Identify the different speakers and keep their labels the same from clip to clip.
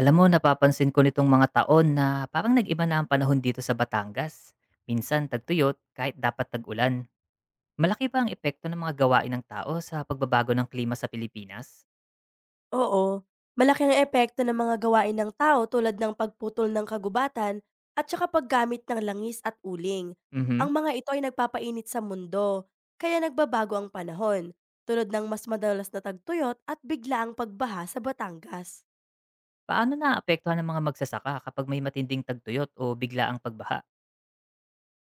Speaker 1: Alam mo, napapansin ko nitong mga taon na parang nag-iba na ang panahon dito sa Batangas. Minsan tagtuyot kahit dapat tag-ulan. Malaki ba ang epekto ng mga gawain ng tao sa pagbabago ng klima sa Pilipinas?
Speaker 2: Oo, malaki ang epekto ng mga gawain ng tao tulad ng pagputol ng kagubatan at saka paggamit ng langis at uling.
Speaker 1: Mhm.
Speaker 2: Ang mga ito ay nagpapainit sa mundo, kaya nagbabago ang panahon, tulad ng mas madalas na tagtuyot at biglaang pagbaha sa Batangas.
Speaker 1: Paano naaapektuhan ng mga magsasaka kapag may matinding tagtuyot o bigla ang pagbaha?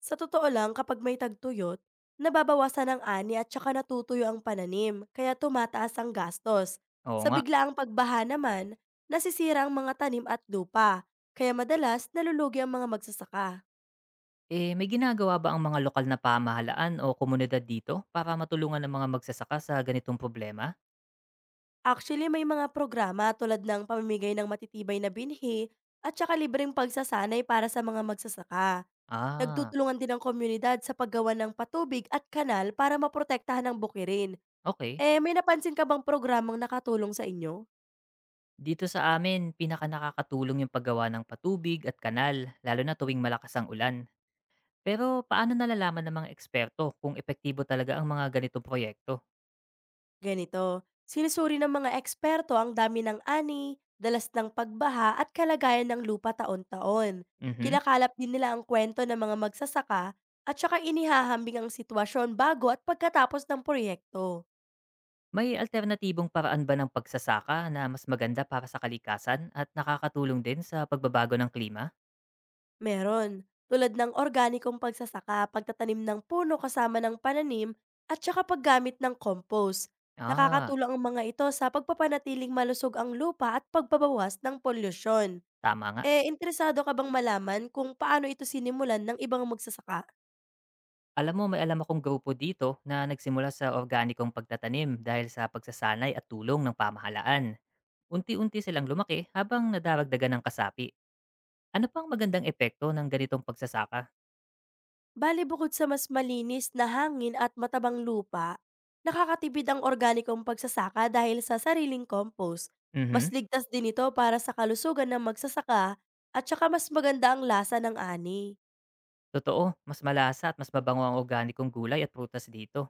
Speaker 2: Sa totoo lang, kapag may tagtuyot, nababawasan ang ani at saka natutuyo ang pananim, kaya tumataas ang gastos.
Speaker 1: Oo
Speaker 2: Sa
Speaker 1: nga.
Speaker 2: biglaang pagbaha naman, nasisira ang mga tanim at lupa, kaya madalas nalulugi ang mga magsasaka.
Speaker 1: Eh, may ginagawa ba ang mga lokal na pamahalaan o komunidad dito para matulungan ng mga magsasaka sa ganitong problema?
Speaker 2: Actually, may mga programa tulad ng pamimigay ng matitibay na binhi at saka libreng pagsasanay para sa mga magsasaka.
Speaker 1: Ah,
Speaker 2: Nagtutulungan din ang komunidad sa paggawa ng patubig at kanal para maprotektahan ang bukirin.
Speaker 1: okay.
Speaker 2: Eh, may napansin ka bang programang nakatulong sa inyo?
Speaker 1: Dito sa amin, pinaka nakakatulong yung paggawa ng patubig at kanal, lalo na tuwing malakas ang ulan. Pero paano nalalaman ng mga eksperto kung epektibo talaga ang mga ganitong proyekto?
Speaker 2: Ganito, sinusuri ng mga eksperto ang dami ng ani, dalas ng pagbaha at kalagayan ng lupa taon-taon.
Speaker 1: Mhm.
Speaker 2: Kinakalap din nila ang kwento ng mga magsasaka at saka inihahambing ang sitwasyon bago at pagkatapos ng proyekto.
Speaker 1: May alternatibong paraan ba ng pagsasaka na mas maganda para sa kalikasan at nakakatulong din sa pagbabago ng klima?
Speaker 2: Meron, tulad ng organikong pagsasaka, pagtatanim ng puno kasama ng pananim at saka paggamit ng compost.
Speaker 1: Ah,
Speaker 2: Nakakatulong ang mga ito sa pagpapanatiling malusog ang lupa at pagbabawas ng polusyon.
Speaker 1: tama nga.
Speaker 2: Eh, interesado ka bang malaman kung paano ito sinimulan ng ibang magsasaka?
Speaker 1: Alam mo, may alam akong grupo dito na nagsimula sa organikong pagtatanim dahil sa pagsasanay at tulong ng pamahalaan. Unti-unti silang lumaki habang nadaragdagan ng kasapi. Ano pang magandang epekto ng ganitong pagsasaka?
Speaker 2: Bale bukod sa mas malinis na hangin at matabang lupa, nakakatipid ang organikong pagsasaka dahil sa sariling compost. Mas
Speaker 1: Mhm.
Speaker 2: ligtas din ito para sa kalusugan ng magsasaka at saka mas maganda ang lasa ng ani.
Speaker 1: Totoo, mas malasa at mas mabango ang organikong gulay at prutas dito.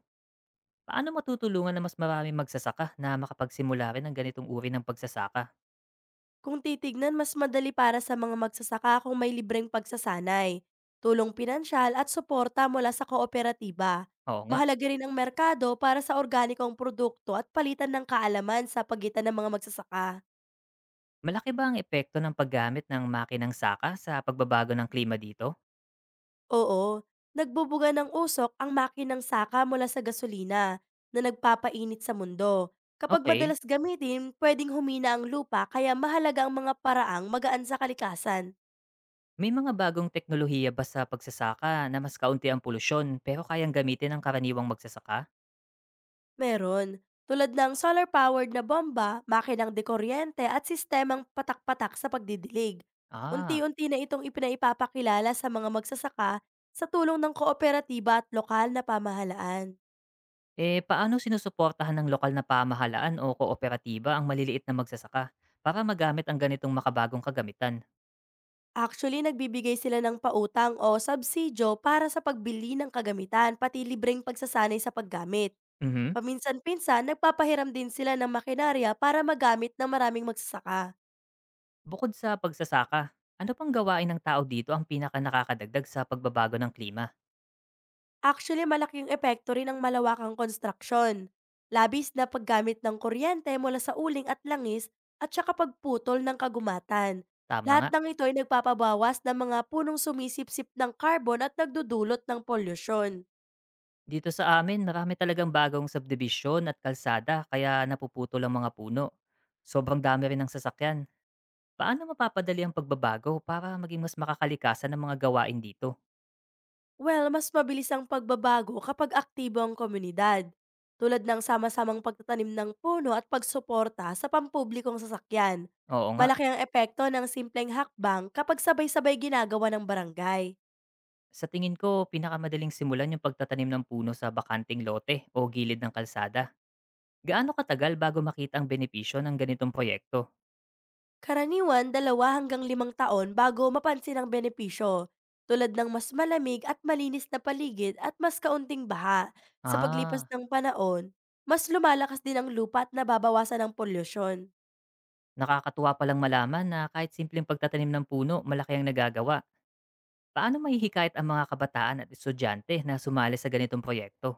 Speaker 1: Paano matutulungan na mas maraming magsasaka na makapagsimula rin ng ganitong uri ng pagsasaka?
Speaker 2: Kung titignan, mas madali para sa mga magsasaka kung may libreng pagsasanay, tulong pinansyal at suporta mula sa kooperatiba.
Speaker 1: Oo nga.
Speaker 2: Mahalaga rin ang merkado para sa organikong produkto at palitan ng kaalaman sa pagitan ng mga magsasaka.
Speaker 1: Malaki ba ang epekto ng paggamit ng makinang saka sa pagbabago ng klima dito?
Speaker 2: Oo, nagbubuga ng usok ang makinang saka mula sa gasolina na nagpapainit sa mundo. Kapag
Speaker 1: Okay.
Speaker 2: madalas gamitin, pwedeng humina ang lupa kaya mahalaga ang mga paraang magaan sa kalikasan.
Speaker 1: May mga bagong teknolohiya ba sa pagsasaka na mas kaunti ang polusyon pero kayang gamitin ng karaniwang magsasaka?
Speaker 2: Meron, tulad ng solar-powered na bomba, makinang dekuryente at sistemang patak-patak sa pagdidilig.
Speaker 1: Ah.
Speaker 2: Unti-unti na itong ipinaipapakilala sa mga magsasaka sa tulong ng kooperatiba at lokal na pamahalaan.
Speaker 1: Eh, paano sinusuportahan ng lokal na pamahalaan o kooperatiba ang maliliit na magsasaka para magamit ang ganitong makabagong kagamitan?
Speaker 2: Actually, nagbibigay sila ng pautang o subsidyo para sa pagbili ng kagamitan pati libreng pagsasanay sa paggamit.
Speaker 1: Mhm.
Speaker 2: Paminsan-pinsan, nagpapahiram din sila ng makinarya para magamit ng maraming magsasaka.
Speaker 1: Bukod sa pagsasaka, ano pang gawain ng tao dito ang pinaka nakakadagdag sa pagbabago ng klima?
Speaker 2: Actually, malaking epekto rin ang malawakang konstruksyon, labis na paggamit ng kuryente mula sa uling at langis at saka pagputol ng kagumatan.
Speaker 1: Tama
Speaker 2: Lahat
Speaker 1: nga.
Speaker 2: ng ito ay nagpapabawas ng mga punong sumisipsip ng carbon at nagdudulot ng polusyon.
Speaker 1: Dito sa amin, marami talagang bagong subdivision at kalsada kaya napuputol ang mga puno. Sobrang dami rin ng sasakyan. Paano mapapadali ang pagbabago para maging mas makakalikasan ng mga gawain dito?
Speaker 2: Well, mas mabilis ang pagbabago kapag aktibo ang komunidad, tulad ng sama-samang pagtatanim ng puno at pagsuporta sa pampublikong sasakyan.
Speaker 1: Oo nga.
Speaker 2: Malaki ang epekto ng simpleng hakbang kapag sabay-sabay ginagawa ng barangay.
Speaker 1: Sa tingin ko, pinakamadaling simulan yung pagtatanim ng puno sa bakanting lote o gilid ng kalsada. Gaano katagal bago makita ang benepisyo ng ganitong proyekto?
Speaker 2: Karaniwan 2 hanggang 5 taon bago mapansin ang benepisyo, tulad ng mas malamig at malinis na paligid at mas kaunting baha. Sa paglipas
Speaker 1: Ah,
Speaker 2: ng panahon, mas lumalakas din ang lupa at nababawasan ang polusyon.
Speaker 1: nakakatuwa palang malaman na kahit simpleng pagtatanim ng puno, malaki ang nagagawa. Paano maihikayat ang mga kabataan at estudyante na sumali sa ganitong proyekto?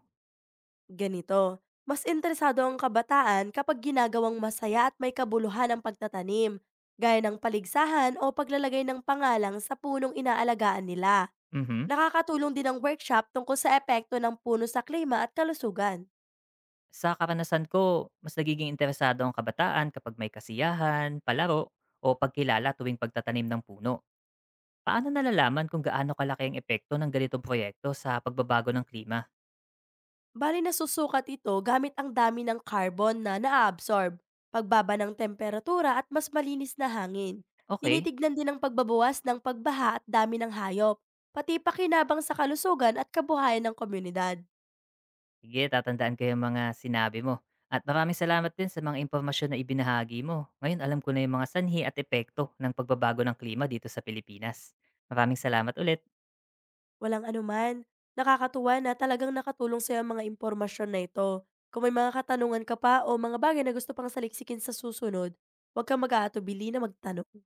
Speaker 2: Ganito, mas interesado ang kabataan kapag ginagawang masaya at may kabuluhan ang pagtatanim, gaya ng paligsahan o paglalagay ng pangalang sa punong inaalagaan nila.
Speaker 1: Mhm.
Speaker 2: Nakakatulong din ang workshop tungkol sa epekto ng puno sa klima at kalusugan.
Speaker 1: Sa karanasan ko, mas nagiging interesado ang kabataan kapag may kasiyahan, palaro, o pagkilala tuwing pagtatanim ng puno. Paano nalalaman kung gaano kalaki ang epekto ng ganitong proyekto sa pagbabago ng klima?
Speaker 2: Bale nasusukat ito gamit ang dami ng carbon na naaabsorb, pagbaba ng temperatura at mas malinis na hangin.
Speaker 1: Okay,
Speaker 2: Tinitignan din ang pagbabawas ng pagbaha at dami ng hayop, pati pakinabang sa kalusugan at kabuhayan ng komunidad.
Speaker 1: sige, tatandaan ko yung mga sinabi mo. At maraming salamat din sa mga impormasyon na ibinahagi mo. Ngayon alam ko na yung mga sanhi at epekto ng pagbabago ng klima dito sa Pilipinas. Maraming salamat ulit.
Speaker 2: Walang anuman, nakakatuwa na talagang nakatulong sa ang mga impormasyon na ito. Kung may mga katanungan ka pa o mga bagay na gusto pang saliksikin sa susunod, huwag kang mag-aatubili na magtanong.